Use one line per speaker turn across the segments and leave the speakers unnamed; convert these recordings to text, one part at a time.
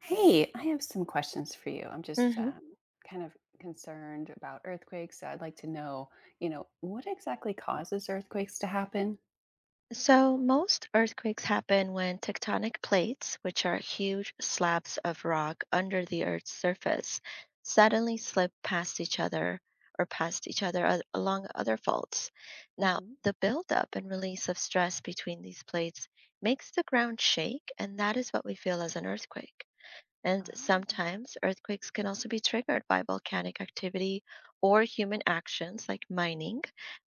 Hey, I have some questions for you. I'm just
Hmm.
kind of concerned about earthquakes. So I'd like to know, what exactly causes earthquakes to happen?
So, most earthquakes happen when tectonic plates, which are huge slabs of rock under the Earth's surface, suddenly slip past each other or past each other along other faults. Now,
Hmm.
the buildup and release of stress between these plates makes the ground shake, and that is what we feel as an earthquake. And
Oh,
sometimes earthquakes can also be triggered by volcanic activity or human actions like mining,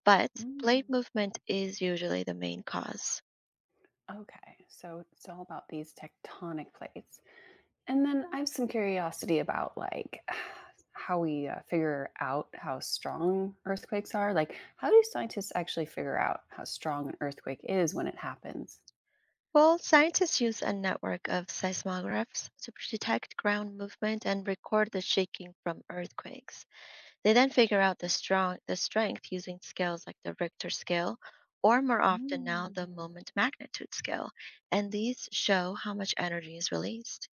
but plate
mm,
movement is usually the main cause.
okay. So it's all about these tectonic plates. And then I have some curiosity about like how we figure out how strong earthquakes are. Like, how do scientists actually figure out how strong an earthquake is when it happens?
Well, scientists use a network of seismographs to detect ground movement and record the shaking from earthquakes. They then figure out the strength using scales like the Richter scale or more often now the
Mm.
moment magnitude scale, and these show how much energy is released.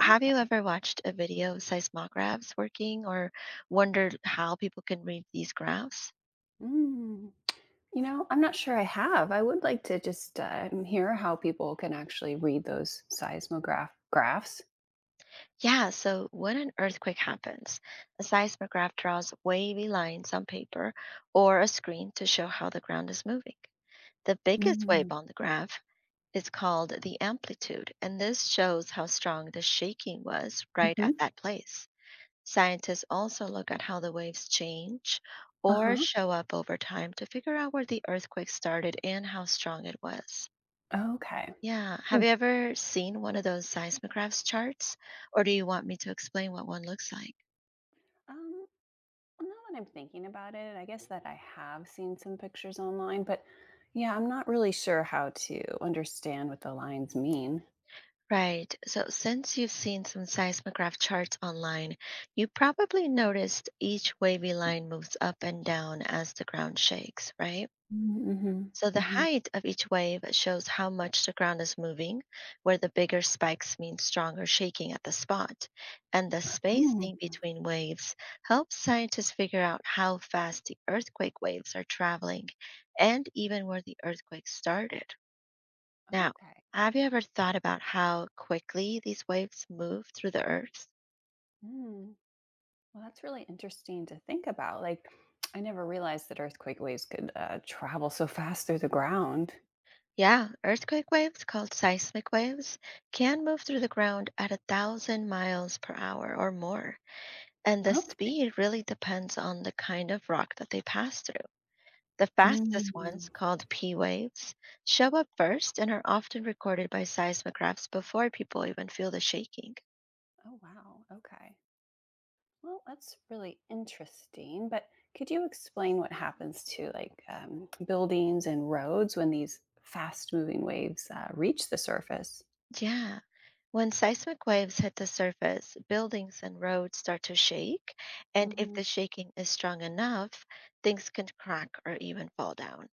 Have you ever watched a video of seismographs working or wondered how people can read these graphs?
Mm. I'm not sure I have. I would like to just hear how people can actually read those seismograph graphs.
Yeah, so when an earthquake happens, a seismograph draws wavy lines on paper or a screen to show how the ground is moving. The biggest wave
Mm-hmm.
on the graph is called the amplitude, and this shows how strong the shaking was right at that place. Scientists also look at how the waves change or
Uh-huh.
show up over time to figure out where the earthquake started and how strong it was.
Okay.
Yeah, have
Hmm.
you ever seen one of those seismographs charts? Or do you want me to explain what one looks like?
Um, well, now that I'm thinking about it, I guess that I have seen some pictures online, but yeah, I'm not really sure how to understand what the lines mean.
Right, so since you've seen some seismograph charts online, you probably noticed each wavy line moves up and down as the ground shakes, right?
Mm-hmm.
So the
Mm-hmm.
height of each wave shows how much the ground is moving, where the bigger spikes mean stronger shaking at the spot. And the
Oh,
spacing between waves helps scientists figure out how fast the earthquake waves are traveling and even where the earthquake started. Now,
okay.
have you ever thought about how quickly these waves move through the earth?
Mm. Well, that's really interesting to think about. Like, I never realized that earthquake waves could travel so fast through the ground.
Yeah, earthquake waves called seismic waves can move through the ground at a thousand miles per hour or more. And the
Okay.
speed really depends on the kind of rock that they pass through. The fastest ones,
Mm.
called P waves, show up first and are often recorded by seismographs before people even feel the shaking.
Oh, wow. Okay. Well, that's really interesting. But could you explain what happens to like buildings and roads when these fast moving waves reach the surface?
Yeah. When seismic waves hit the surface, buildings and roads start to shake, and if the
Mhm.
shaking is strong enough, things can crack or even fall down.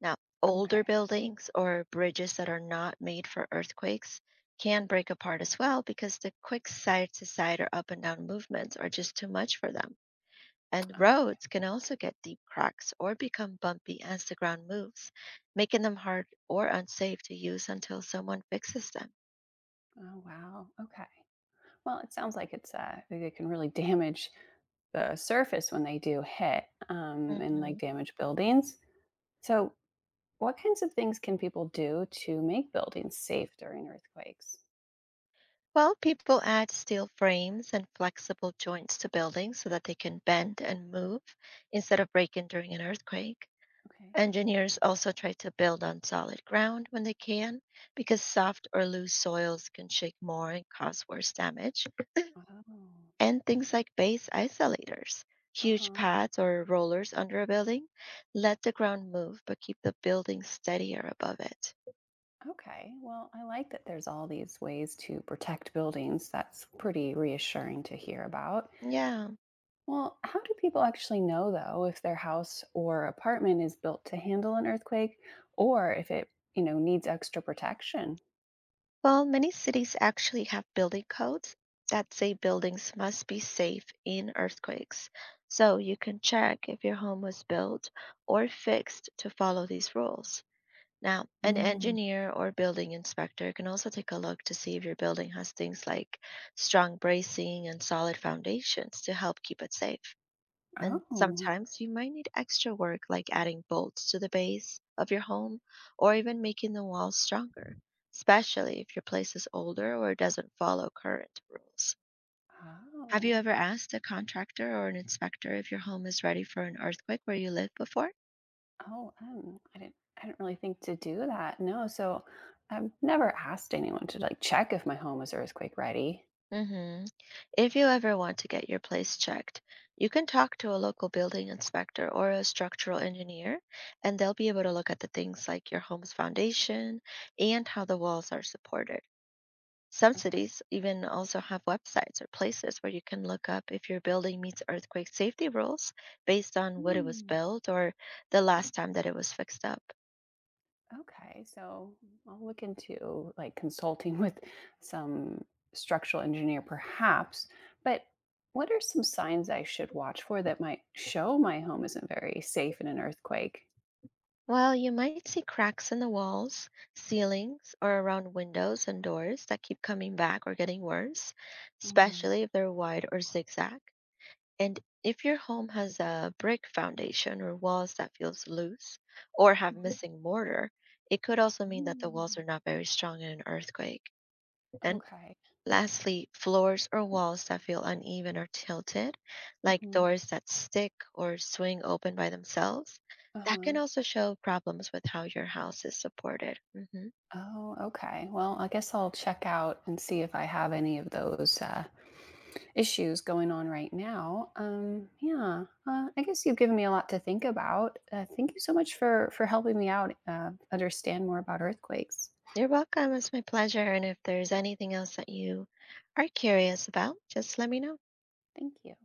Now, older
Okay.
buildings or bridges that are not made for earthquakes can break apart as well because the quick side to side or up and down movements are just too much for them. And
Okay.
roads can also get deep cracks or become bumpy as the ground moves, making them hard or unsafe to use until someone fixes them.
Oh, wow. Okay. Well, it sounds like it's like they can really damage the surface when they do hit and like
Mhm.
damage buildings. So, what kinds of things can people do to make buildings safe during earthquakes?
Well, people add steel frames and flexible joints to buildings so that they can bend and move instead of breaking during an earthquake.
Okay.
Engineers also try to build on solid ground when they can because soft or loose soils can shake more and cause worse damage.
Oh,
And things like base isolators, huge
uh-huh.
pads or rollers under a building, let the ground move but keep the building steadier above it.
Okay. Well, I like that there's all these ways to protect buildings. That's pretty reassuring to hear about.
Yeah.
Well, how do people actually know, though, if their house or apartment is built to handle an earthquake or if it, needs extra protection?
Well, many cities actually have building codes that say buildings must be safe in earthquakes. So you can check if your home was built or fixed to follow these rules. Now, an
Mm.
engineer or building inspector can also take a look to see if your building has things like strong bracing and solid foundations to help keep it safe. And
Oh,
sometimes you might need extra work like adding bolts to the base of your home or even making the walls stronger, especially if your place is older or doesn't follow current rules. Have you
oh,
ever asked a contractor or an inspector if your home is ready for an earthquake where you live before?
oh, I didn't really think to do that. No, so I've never asked anyone to like check if my home is earthquake ready.
hmm If you ever want to get your place checked, you can talk to a local building inspector or a structural engineer, and they'll be able to look at the things like your home's foundation and how the walls are supported. Some
Okay.
cities even also have websites or places where you can look up if your building meets earthquake safety rules based on what it was
Hmm.
built or the last time that it was fixed up.
Okay, so I'll look into like consulting with some structural engineer perhaps, but what are some signs I should watch for that might show my home isn't very safe in an earthquake?
Well, you might see cracks in the walls, ceilings, or around windows and doors that keep coming back or getting worse,
Mm.
especially if they're wide or zigzag. And if your home has a brick foundation or walls that feels loose or have
Mhm.
missing mortar, it could also mean that the walls are
Mm.
not very strong in an earthquake. And
Okay.
Lastly, floors or walls that feel uneven or tilted, like
Hmm.
doors that stick or swing open by themselves, that can
Uh-huh.
also show problems with how your house is supported. Hmm.
Oh, okay. Well, I guess I'll check out and see if I have any of those issues going on right now. Yeah, I guess you've given me a lot to think about. Thank you so much for helping me out understand more about earthquakes.
You're welcome. It's my pleasure. And if there's anything else that you are curious about, just let me know.
Thank you.